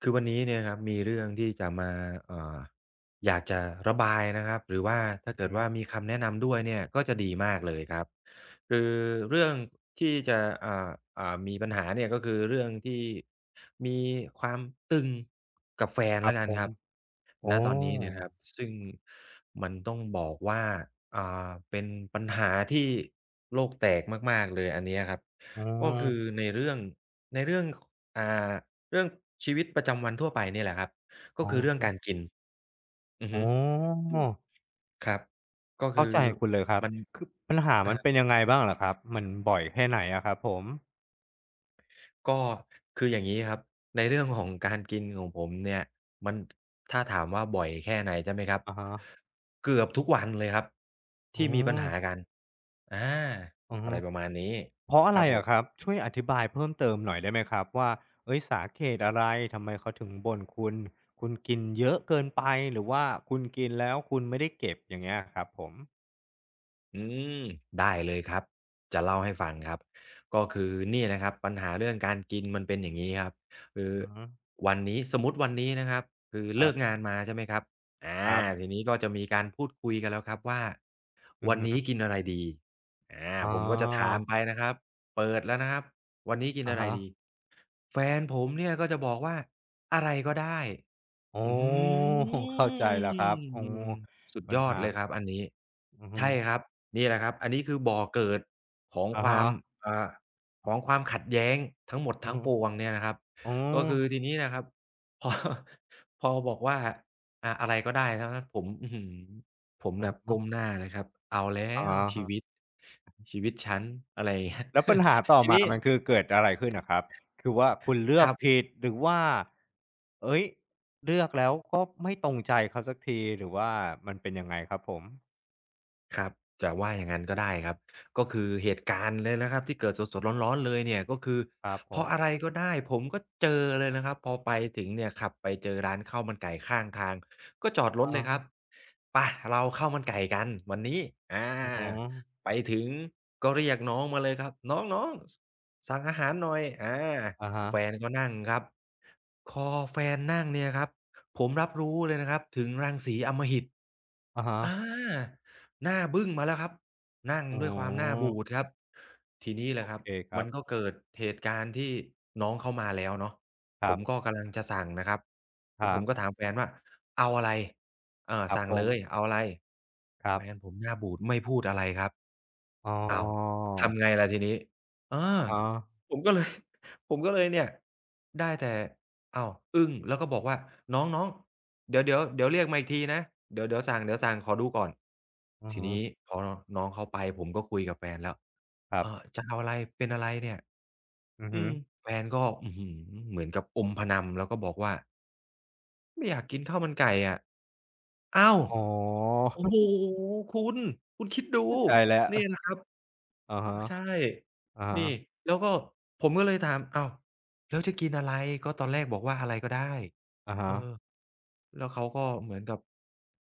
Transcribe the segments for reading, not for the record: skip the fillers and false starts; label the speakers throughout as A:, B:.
A: คือวันนี้เนี่ยครับมีเรื่องที่จะมาเอ่ออยากจะระบายนะครับหรือว่าถ้าเกิ
B: อื
A: ด
B: ม
A: ว่ามีคำแนะนำด้วยเนี่ยก็จะดีมากเลยครับคือเรื่องที่จะอ่ามีปัญหาเนี่ยก็คือเรื่องที่มีความตึงกับแฟน
B: ครั
A: แล้
B: บ
A: วกั
B: ผ
A: นค
B: ม
A: รับ
B: โอ้
A: ณตอนนี้เนี่ยนะครับซึ่งมันต้องบอกว่าเป็นปัญหาที่โลกแตกมากๆเลยอันเนี้ยครับ
B: อื
A: ก็คือ
B: ม
A: ในเรื่องในเรื่องอ่า เรื่องชีวิตประจำวันทั่วไปเนี่ยแหละครับก็
B: อะ
A: คือเรื่อ
B: ฮ
A: งการกินอือ
B: อ๋
A: ฮึ
B: อ
A: อืมครับก็คื
B: เข้า
A: อ
B: ใจคุณเลยครับ
A: มัน
B: คือปัญหา
A: อะ
B: มัน
A: ฮะ
B: เป็นยังไงบ้างเหรอครับมันบ่อยแค่ไหนอะครับผม
A: ก็คืออย่างงี้ครับในเรื่องของการกินของผมเนี่ยมันถ้าถามว่าบ่อยแค่ไหนใช่ไหมครับ
B: อะฮะ
A: เกือบทุกวันเลยครับ
B: อื
A: ที่มีปัญ
B: ม
A: หากันอา
B: อือ
A: อะ
B: ฮึ
A: ไรประมาณนี้
B: เพราะอะ
A: ค
B: ไร
A: รับผม
B: อะครับช่วยอธิบายเพิ่มเติมหน่อยได้ไหมครับว่าเฮ้ยสาเหตุอะไรทำไมเขาถึงบ่นคุณคุณกินเยอะเกินไปหรือว่าคุณกินแล้วคุณไม่ได้เก็บอย่างเงี้ยครับผม
A: อืมได้เลยครับจะเล่าให้ฟังครับก็คือเนี่ยนะครับปัญหาเรื่องการกินมันเป็นอย่างนี้ครับคือ
B: อือฮึ
A: วันนี้สมมุติวันนี้นะครับคือ
B: ครั
A: เลิก
B: บ
A: งานมาใช่ไหมครับอ
B: ค
A: า
B: รับ
A: ทีนี้ก็จะมีการพูดคุยกันแล้วครับว่า
B: อือ
A: วัน
B: ฮึ
A: นี้กินอะไรดีอา
B: อ๋อ
A: ผมก็จะถามไปนะครับเปิดแล้วนะครับวันนี้กิน
B: อะ
A: อะไร
B: ฮะ
A: ดีแฟนผมเนี่ยก็จะบอกว่าอะไรก็ได้
B: อ๋อ
A: อืม
B: เข้าใจแล้วครับอ๋อ
A: สุด
B: ปั
A: ย
B: ญ
A: อด
B: หา
A: เลยครับอันนี้
B: อือฮึ
A: ใช่ครับนี่แหละครับอันนี้คือบ่อเกิดของ
B: อะ
A: ควา
B: ฮะ
A: มอ่าของความขัดแย้งทั้งหมด
B: อือ
A: ทั้ง
B: ฮึ
A: ปวงเนี่ยนะครับ
B: อ๋อ
A: ก็คือทีนี้นะครับพอ พอบอกว่าอะไรก็ได้ทั้งนั้นผมอื้อฮือผม
B: อื
A: แบ
B: อ
A: บ
B: ฮึ
A: ก้มหน้าเลยครับเอาแล้
B: อา
A: วชี
B: ฮะ
A: วิตชีวิตฉันอะไรอย่างเงี้ย
B: แล้วปัญหาต่อ
A: ที
B: มา
A: นี้
B: มันคือเกิดอะไรขึ้นนะครับคือว่าคุณเลื
A: ค
B: อก
A: รับ
B: ผิดหรือว่าเอ้ยเลือกแล้วก็ไม่ตรงใจเขาสักทีหรือว่ามันเป็นยังไงครับผม
A: ครับจะว่าอย่างงั้นก็ได้ครับก็คือเหตุการณ์เลยนะครับที่เกิดสดๆร้อนๆเลยเนี่ยก็คือ
B: ครับผ
A: เพราะอะ
B: ม
A: ไรก็ได้ผมก็เจอเลยนะครับพอไปถึงเนี่ยขับไปเจอร้านข้าวมันไก่ข้างทางก็จอดรถเล
B: อะ
A: ยครับไปเราข้าวมันไก่กันวันนี้อา
B: อือฮึ
A: ไปถึงก็เรียกน้องมาเลยครับน้องๆสสั่งอาหารหน่อยอา
B: อาฮะ
A: แฟนก็นั่งครับพอแฟนนั่งเนี่ยครับผมรับรู้เลยนะครับถึงรังสีอำมหิต
B: อะฮะ
A: อาหน้าบึ้งมาแล้วครับนั่ง
B: อ
A: ด้วยความหน้า
B: ื
A: บูดครับทีนี้แห
B: อ
A: ละ
B: โอ
A: ครับ
B: เคครั
A: มั
B: บ
A: นก็เกิดเหตุการณ์ที่น้องเขามาแล้วเนาะ
B: ค
A: ผ
B: รั
A: มก็
B: บ
A: กำลังจะสั่งนะครับ
B: ค
A: แล้ว
B: รั
A: ผมก็
B: บ
A: ถามแฟนว่าเอาอะไรเออ
B: ครับ
A: สั่ง
B: ผ
A: เล
B: ม
A: ยเอาอะไร
B: ครั
A: แฟ
B: บ
A: นผมหน้าบูดไม่พูดอะไรครับ
B: อ๋อ
A: อ้าวทำไงล่ะทีนี้เออ
B: อ๋อ
A: ผมก็เลย ผมก็เลยเนี่ยได้แต่ อ้าวอึ้งแล้วก็บอกว่าน้องๆเดี๋ยวเดี๋ยวเดี๋ยวเรียกมาอีกทีนะเดี๋ยวเดี๋ยวสั่งเดี๋ยวสั่งขอดูก่อน
B: อือ
A: ที
B: ฮึ
A: นี้พอน้องเขาไปผมก็คุยกับแฟนแล้ว
B: ครับ
A: เอ่อจะเอาอะไรเป็นอะไรเนี่ย
B: อือ
A: อื
B: ฮึ
A: มแฟนก็อื้อฮือเหมือนกับอมพะนำแล้วก็บอกว่าไม่อยากกินข้าวมันไก่อะอ้าว
B: อ๋อ
A: โอ้โฮ คุณคุณคิดดู
B: เข้าใจแล้ว
A: นี่นะครับ
B: อาฮะ
A: ใช่
B: อาฮะ
A: นี่ แล้วก็ผมก็เลยถามอ้าวแล้วจะกินอะไร ก็ตอนแรกบอกว่าอะไรก็ได้
B: อา
A: เอ
B: ฮะ
A: อแล้วเขาก็เหมือนกับ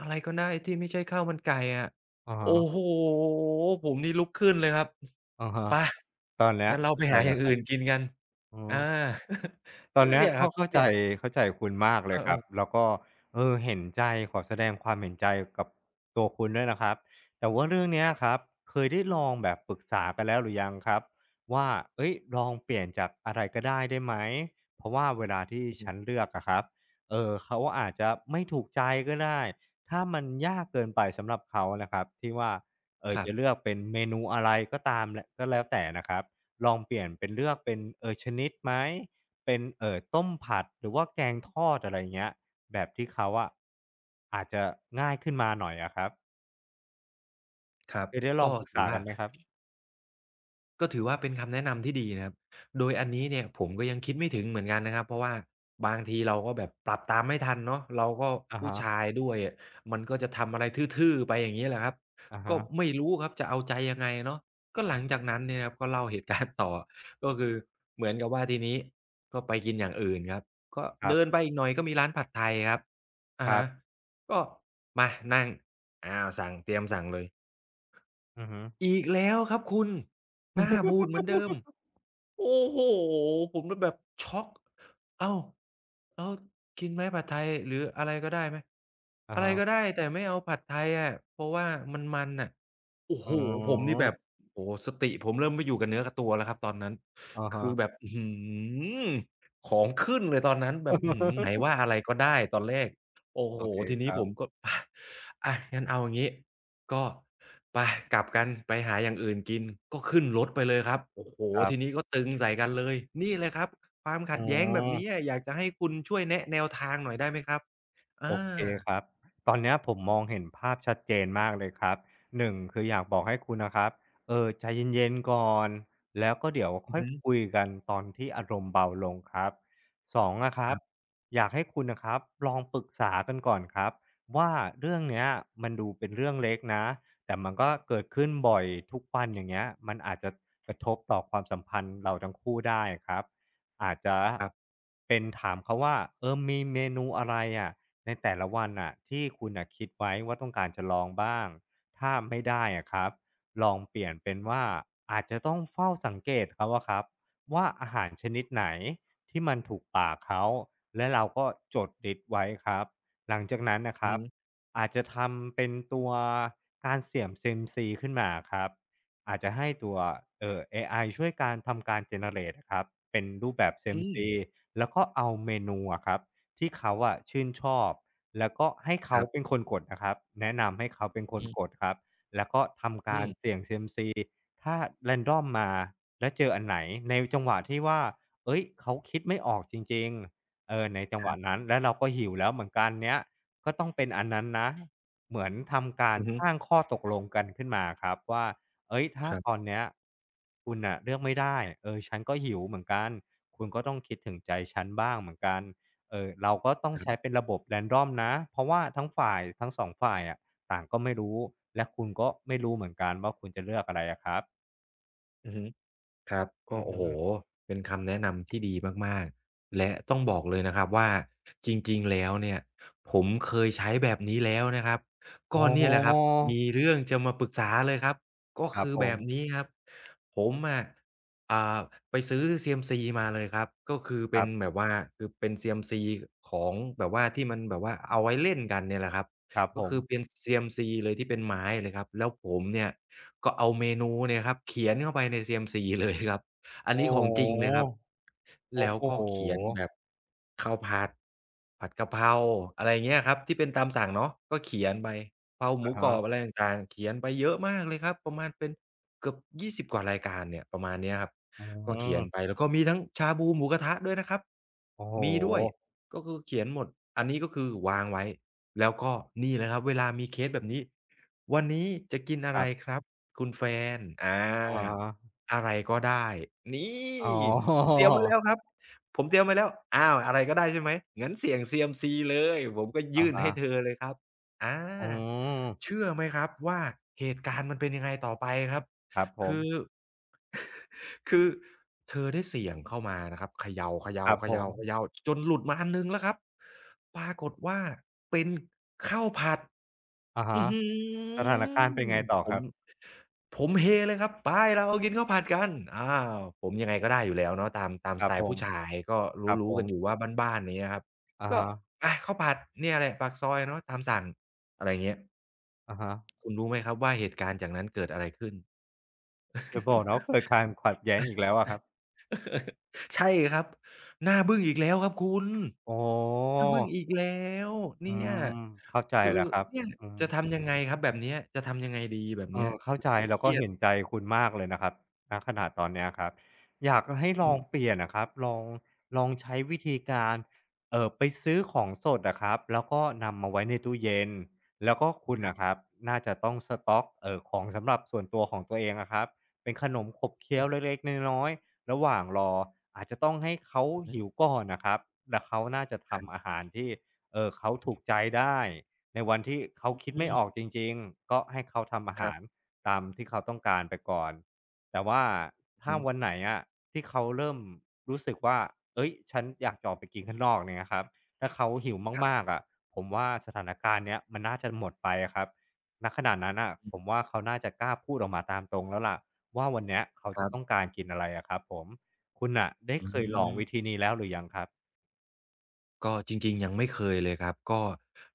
A: อะไรก็ได้ที่ไม่ใช่ข้าวมันไก่อะ
B: อะ
A: โอ้
B: ฮะ
A: โฮผมนี่ลุกขึ้นเลยครับ
B: อาฮะ
A: ไป
B: ตอนเนี้ย
A: งั้นเรา
B: เข้า
A: ไป
B: ใจ
A: หาอ
B: แล้
A: ย่า
B: ว
A: ง
B: ค
A: อื่
B: รับ
A: นกินกัน
B: อ
A: อา
B: อ ต อ
A: ก็
B: นเนี้ย
A: เนี่ยค
B: เข้า
A: รับ
B: เข้าใจ
A: เนี่ย
B: เข้าใจคุณมากเลยครับ
A: เออ
B: แล้วก็เออเห็นใจขอแสดงความเห็นใจกับตัวคุณด้วยนะครับแต่ว่าเรื่องเนี้
A: ๆ
B: ย
A: ครับ
B: ครับเคยได้ลองแบบปรึกษากันแล้วหรือยังครับว่าเฮ้ยลองเปลี่ยนจากอะไรก็ได้ได้ไหมเพราะว่าเวลาที่
A: อือฮึ
B: ฉันเลือกอะครับเขาอาจจะไม่ถูกใจก็ได้ถ้ามันยากเกินไปสำหรับเขานะครับที่ว่า
A: ครับ
B: จะเลือกเป็นเมนูอะไรก็ตามลก็แล้วแต่นะครับลองเปลี่ยนเป็นเลือกเป็นชนิดไหม เป็นต้มผัดหรือว่าแกงทอดอะไรอย่างเงี้ยแบบที่เขาอะอาจจะง่ายขึ้นมาหน่อยอะครับ
A: ครับ
B: เคยได้ลอง
A: ก็
B: ปรึก
A: ถือ
B: ษากั
A: ว่า
B: นไหมครับ
A: ก็ถือว่าเป็นคำแนะนำที่ดีนะครับโดยอันนี้เนี่ยผมก็ยังคิดไม่ถึงเหมือนกันนะครับเพราะว่าบางทีเราก็แบบปรับตามไม่ทันเนาะเราก็
B: อะ
A: ผู้
B: ฮะ
A: ชายด้วยอะมันก็จะทำอะไรทื่อๆไปอย่างงี้แหละครับ
B: อะ
A: ก็
B: ฮะ
A: ไม่รู้ครับจะเอาใจยังไงเนาะก็หลังจากนั้นเนี่ยนะครับก็เล่าเหตุการณ์ต่อก็คือเหมือนกับว่าทีนี้ก็ไปกินอย่างอื่นครับก็
B: ครับ
A: เดินไปอีกหน่อยก็มีร้านผัดไทยครับ
B: ค
A: อะ
B: รับ
A: ฮะก็มานั่งอ้าวสั่งเตรียมสั่งเลย
B: อือฮึ
A: อีกแล้วครับคุณหน้าบูดเหมือนเดิม โอ้โฮผมก็แบบช็อกอ้าวแล้วกินไหมผัดไทยหรืออะไรก็ได้ไหม
B: อะ
A: อะไรก็
B: ฮะ
A: ได้แต่ไม่เอาผัดไทยอะเพราะว่ามันน่ะโอ้
B: อื
A: โฮผมนี่แบบ
B: ม
A: โอ้โฮสติผมเริ่มไม่อยู่กับเนื้อกับตัวแล้วครับตอนนั้น
B: อะฮะ
A: คือแบบอื้อฮือของขึ้นเลยตอนนั้นแบบอื้อฮือไหน ว่าอะไรก็ได้ตอนแรกโอ้โฮ
B: โอเค
A: ที
B: ค
A: นี้
B: รั
A: ผม
B: บ
A: ก็ อางั้นเอาอย่างงี้ ก็ไปกลับกันไปหาอย่างอื่นกินก็ขึ้นรถไปเลยครับโอ้โฮ
B: ครั
A: ทีนี้
B: บ
A: ก็ตึงใส่กันเลยนี่เลยครับความ
B: อื
A: ขัดแย้งแบบนี้
B: ม
A: อะอยากจะให้คุณช่วยแนะแนวทางหน่อยได้ไหมครับอา
B: โอเคครับตอนเนี้ยผมมองเห็นภาพชัดเจนมากเลยครับ1คืออยากบอกให้คุณนะครับเออใจเย็นๆก่อนแล้วก็เดี๋ยว
A: อื
B: ค่
A: อ
B: อย
A: ฮึ
B: คุยกันตอนที่อารมณ์เบาลงครับสองอะครับอยากให้คุณน่ะครับลองปรึกษากันก่อนครับว่าเรื่องเนี้ยมันดูเป็นเรื่องเล็กนะแต่มันก็เกิดขึ้นบ่อยทุกวันอย่างเงี้ยมันอาจจะกระทบต่อความสัมพันธ์เราทั้งคู่ได้ครับอาจจะ
A: ครับ
B: เป็นถามเขาว่าเออมีเมนูอะไรอะ ในแต่ละวันน่ะที่คุณน่ะคิดไว้ว่าต้องการจะลองบ้างถ้าไม่ได้อะครับลองเปลี่ยนเป็นว่าอาจจะต้องเฝ้าสังเกตเขาอะครับว่าอาหารชนิดไหนที่มันถูกปากเขาและเราก็จดลิสต์ไว้ครับหลังจากนั้นนะค
A: อือ
B: รับ
A: ฮึ
B: อาจจะทำเป็นตัวการเสี่ยงซีอีเอ็ม m c ขึ้นมาอครับอาจจะให้ตัวเอไอช่วยการทำการ generate อะครับเป็นรูปแบบซีอีเอ็ม
A: อื
B: m c
A: ม
B: แล้วก็เอาเมนูอะครับ ที่เขาอะชื่นชอบแล้วก็ให้
A: ค
B: เขา
A: รั
B: เป็น
A: บ
B: คนกดนะครับแนะนำให้เขาเป็นค
A: อื
B: น
A: อฮึ
B: กดครับ
A: อืม
B: ถ้า random มาแล้วเจออันไหนในจังหวะที่ว่าเฮ้ยเขาคิดไม่ออกจริงๆเออในจัง
A: ค
B: หวะ
A: รับ
B: นั้นแล้วเราก็หิวแล้วเหมือนกันเนี้ยก็ต้องเป็นอันนั้นนะเหมือนทำการ
A: อือฮึ
B: สร้างข้อตกลงกันขึ้นมาครับว่าเฮ้ยถ้า
A: ครั
B: ตอน
A: บ
B: เนี้ยคุณน่ะเลือกไม่ได้เออฉันก็หิวเหมือนกันคุณก็ต้องคิดถึงใจฉันบ้างเหมือนกันเออเราก็ต้อง
A: ครั
B: ใช้
A: บ
B: เป็นระบบ random นะเพราะว่าทั้งฝ่ายทั้งสองฝ่ายอะต่างก็ไม่รู้และคุณก็ไม่รู้เหมือนกันว่าคุณจะเลือกอะไรอะครับ
A: อือฮึ ครับก็
B: อือ
A: โอ้
B: ฮึ
A: โฮเป็นคำแนะนำที่ดีมากๆและต้องบอกเลยนะครับว่าจริงๆแล้วเนี่ยผมเคยใช้แบบนี้แล้วนะครับ
B: อ๋
A: ก็
B: อ
A: เนี่ยแหละครับมีเรื่องจะมาปรึกษาเลยครับก็
B: ครับ
A: คือ
B: ผ
A: แบ
B: ม
A: บนี้ครับผมอะอ่าไปซื้อ CMC มาเลยครับก็คือ
B: ค
A: เป็
B: รั
A: น
B: บ
A: แบบว่าคือเป็น CMC ของแบบว่าที่มันแบบว่าเอาไว้เล่นกันเนี่ยแหละครับ
B: ครับ
A: ก็
B: ผม
A: คือเป็น CMC เลยที่เป็นไม้เลยครับแล้วผมเนี่ยก็เอาเมนูเนี่ยครับเขียนเข้าไปใน CMC เลยครับอัน
B: โอ้
A: นี้ของจริง
B: โฮ
A: เลยครับ
B: โอ้
A: แล้ว
B: โฮ
A: ก็เขียนแบบข้าวผัดผัดกะเพราอะไรอย่างเงี้ยครับที่เป็นตามสั่งเนาะก็เขียนไปเพราหมู
B: อะ
A: กรอบอะ
B: ฮะ
A: ไรต่างๆเขียนไปเยอะมากเลยครับประมาณเป็นเกือบยี่สิบกว่ารายการเนี่ยประมาณเนี้ยครับ
B: อื
A: ก็เขียนไป
B: ม
A: แล้วก็มีทั้งชาบูหมูกระทะด้วยนะครับ
B: โอ้โฮ
A: มีด้วยก็คือเขียนหมดอันนี้ก็คือวางไว้ แล้วก็นี่แหละครับเวลามีเคสแบบนี้วันนี้จะกิน
B: ค
A: อะไร
B: รับ
A: ครับคุณแฟนอ
B: อะฮ
A: า
B: ะ
A: อะไรก็ได้นี่
B: อ๋อ
A: ผมเตรียมไว้แล้วครับผมเตรียมไว้แล้วอ้าวอะไรก็ได้ใช่ไหมงั้นเสี่ยง CMC เลยผมก็
B: อะ
A: ยื่น
B: ฮะ
A: ให้เธอเลยครับอ
B: อื
A: า
B: ม
A: เชื่อไหมครับว่าเหตุการณ์มันเป็นยังไงต่อไปครับ
B: ครับผม
A: คือ คือเธอได้เสี่ยงเข้ามานะครับเข
B: ครับ
A: ย่า
B: ผม
A: ๆๆๆจนหลุดมาอันหนึ่งแล้วครับปรากฏว่าเป็นข้าวผัด
B: อะ
A: อื้
B: ฮะ
A: อฮื
B: สถานการณ์เป็น
A: อ
B: ไงต่อ
A: ผ
B: ค
A: ม
B: รับ
A: ผมเฮเลยครับไปเรากินข้าวผัดกันอ้าวผมยังไงก็ได้อยู่แล้วเนาะตาม
B: ค
A: ส
B: รั
A: ไต
B: บผ
A: ล์
B: ม
A: ผู้ชายก็
B: ครับผ
A: รู้ๆกันอยู่
B: ม
A: ว่าบ้านๆอย่างเงี้ยครับ
B: อะ
A: ก็
B: ฮะ
A: อาข้าวผัดเนี่ยแหละปากซอยเนาะตามสั่งอะไรอย่างเงี้ย
B: อะฮะ
A: คุณรู้ไหมครับว่าเหตุการณ์จากนั้นเกิดอะไรขึ้น
B: อย่าบอกนะว่าเกิดความขัดแย้งอีกแล้วอะครับ
A: ใช่ครับหน้าบึ้งอีกแล้วครับคุณ
B: โอ้โ
A: หน้าบึ้ง
B: ฮ
A: อีกแล้ว
B: อื
A: เนี่ย
B: มเข้าใจ
A: คือ
B: แล้วครับ
A: เนี่ย
B: อืม
A: จะทำยังไงครับแบบเนี้ยจะทำยังไงดีแบบ
B: เอ
A: เนี้ย
B: อเข้า
A: คือ
B: ใจ
A: ก็เค
B: แล้วก็
A: รียด
B: เห็นใจคุณมากเลยนะครับณขนาดตอนเนี้ยครับอยากให้ล
A: อื
B: องเป
A: ม
B: ลี่ยนอะครับลองลองใช้วิธีการไปซื้อของสดอะครับแล้วก็นำมาไว้ในตู้เย็นแล้วก็คุณ
A: ครั
B: น่ะครั
A: บ
B: บน่าจะต้องสต๊อกของสำหรับส่วนตัวของตัวเองอะครับเป็นขนมขบเคี้ยวเล็กๆน้อยๆระหว่างรออาจจะต้องให้เขา
A: อือฮึ
B: หิวก่อนน่ะครับแล้วเขาน่าจะ
A: ครั
B: ทำอา
A: บ
B: หารที่เขาถูกใจได้ ในวันที่เขาคิด
A: อื
B: ไม่ออก
A: ม
B: จริงๆก็ให้เขาทำอา
A: ครั
B: หาร
A: บ
B: ตามที่เขาต้องการไปก่อนแต่ว่า
A: อื
B: ถ้า
A: อฮึ
B: วันไหนอะที่เขาเริ่มรู้สึกว่าเอ้ยฉันอยากจะออกไปกินข้างนอกเนี่ยนะครับถ้าเขาหิว
A: ครั
B: มาก
A: บ
B: ๆอะผมว่าสถานการณ์เนี้ยมันน่าจะหมดไปอะครับณขณะนั้นน่ะ
A: อื
B: ผ
A: ม
B: มว่าเขาน่าจะกล้าพูดออกมาตามตรงแล้วล่ะว่าวันเนี้ยเขา
A: ค
B: จะ
A: รั
B: ต้อง
A: บ
B: การกินอะไรอะครับผมคุณน่ะได้
A: อื
B: เคยลองวิ
A: ม
B: ธีนี้แล้วหรือยังครับ
A: ก็จริงๆยังไม่เคยเลยครับก็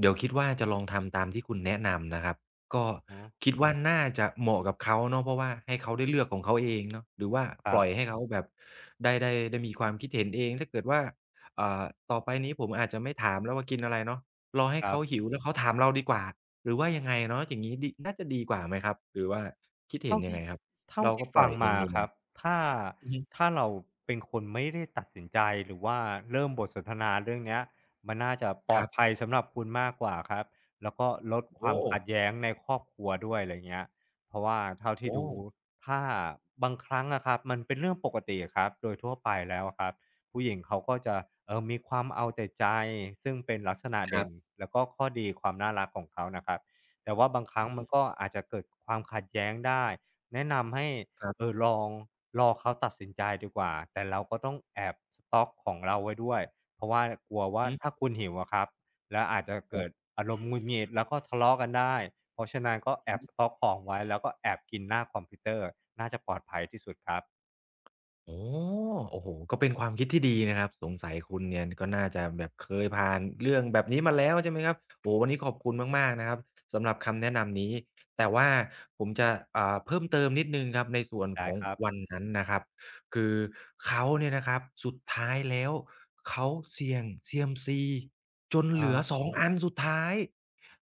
A: เดี๋ยวคิดว่าจะลองทำตามที่คุณแนะนำนะครับก็
B: อือ
A: คิดว่าน่าจะเหมาะกับเขาเนาะเพราะว่าให้เขาได้เลือกของเขาเองเนาะหรือว่า
B: ค
A: ป
B: รั
A: ล่อย
B: บ
A: ให้เขาแบบได้มีความคิดเห็นเองถ้าเกิดว่าอ่าต่อไปนี้ผมอาจจะไม่ถามแล้วว่ากินอะไรเนาะรอให้
B: ครั
A: เขา
B: บ
A: หิวแล้วเขาถามเราดีกว่าหรือว่ายังไงเนาะอย่างงี้ดีน่าจะดีกว่าไหมครับหรือว่าคิดเห็
B: เท่า
A: นยัง
B: ที่
A: ไงครับ
B: เท่า
A: เรา
B: ที่
A: ก็ปล่
B: ฟั
A: อ
B: ง
A: ย
B: มา
A: เนีย
B: ค
A: น
B: รับถ้า
A: ๆอือฮึ
B: ถ้าเราเป็นคนไม่ได้ตัดสินใจหรือว่าเริ่มบทสนทนาเรื่องเนี้ยมันน่าจะปล
A: ค
B: อด
A: รั
B: ภั
A: บ
B: ยสำหรับคุณมากกว่าครับแล้วก็ลด
A: โอ้
B: ค
A: โ
B: วาม
A: ฮ
B: ขัดแย้งในครอบครัวด้วยอะไรเงี้ยเพราะว่าเท่าที่
A: โอ้
B: ดูถ้าบางครั้งอะครับมันเป็นเรื่องปกติอะครับโดยทั่วไปแล้วอะครับผู้หญิงเขาก็จะมีความเอาแต่ใจซึ่งเป็นลักษณะ
A: ครั
B: เด่น
A: บ
B: แล้วก็ข้อดีความน่ารักของเขานะครับ แต่ว่าบางครั้
A: อื
B: ง
A: อ
B: มั
A: ฮึ
B: นก็อาจจะเกิดความขัดแย้งได้แนะนำให้
A: ครับ
B: ลองรอเขาตัดสินใจดีกว่าแต่เราก็ต้องแอบสต๊อกของเราไว้ด้วยเพราะว่ากลัวว่า
A: อือฮึ
B: ถ้าคุณหิวอะครับแล้วอาจจะ
A: ค
B: เกิ
A: รั
B: ด
A: บ
B: อารมณ์หงุดหงิดแล้วก็ทะเลาะกันได้เพราะฉะนั้นก็แอ
A: อือ
B: บส
A: ฮึ
B: ต๊อกของไว้แล้วก็แอบกินหน้าคอมพิวเตอร์น่าจะปลอดภัยที่สุดครับ
A: อ๋อโอ้โฮก็เป็นความคิดที่ดีนะครับสงสัยคุณเนี่ยก็น่าจะแบบเคยผ่านเรื่องแบบนี้มาแล้วใช่ไหมครับโอ้โฮวันนี้ขอบคุณมากๆนะครับสำหรับคำแนะนำนี้แต่ว่าผมจะเพิ่มเติมนิดหนึ่งครับในส่วนข
B: ได้
A: อง
B: ครับ
A: วันนั้นนะครับคือเขาเนี่ยนะครับสุดท้ายแล้วเขาเสี่ยงซีเอ็มซีจน
B: อะฮ
A: เหลือ
B: ะ
A: 2องอันสุดท้าย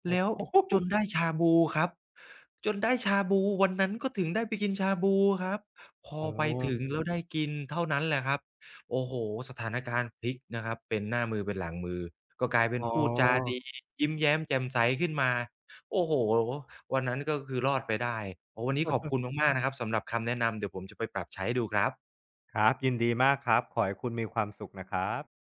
B: โอ้
A: แล้ว
B: โฮ
A: จนได้ชาบูครับจนได้ชาบูวันนั้นก็ถึงได้ไปกินชาบูครับ พอ
B: อ๋อ
A: ไปถึงแล้วได้กินเท่านั้นแหละครับโอ้โฮสถานการณ์พลิกนะครับเป็นหน้ามือเป็นหลังมือก็กลายเป็น
B: อ๋อ
A: พูดจาดียิ้มแย้มแจ่มใสขึ้นมาโอ้โฮวันนั้นก็คือรอดไปได้โอ้วันนี้ขอบคุณมากๆนะครับสำหรับคำแนะนำเดี๋ยวผมจะไปปรับใช้ดูครับ
B: ครับยินดีมากครับขอให้คุณมีความสุขนะครับ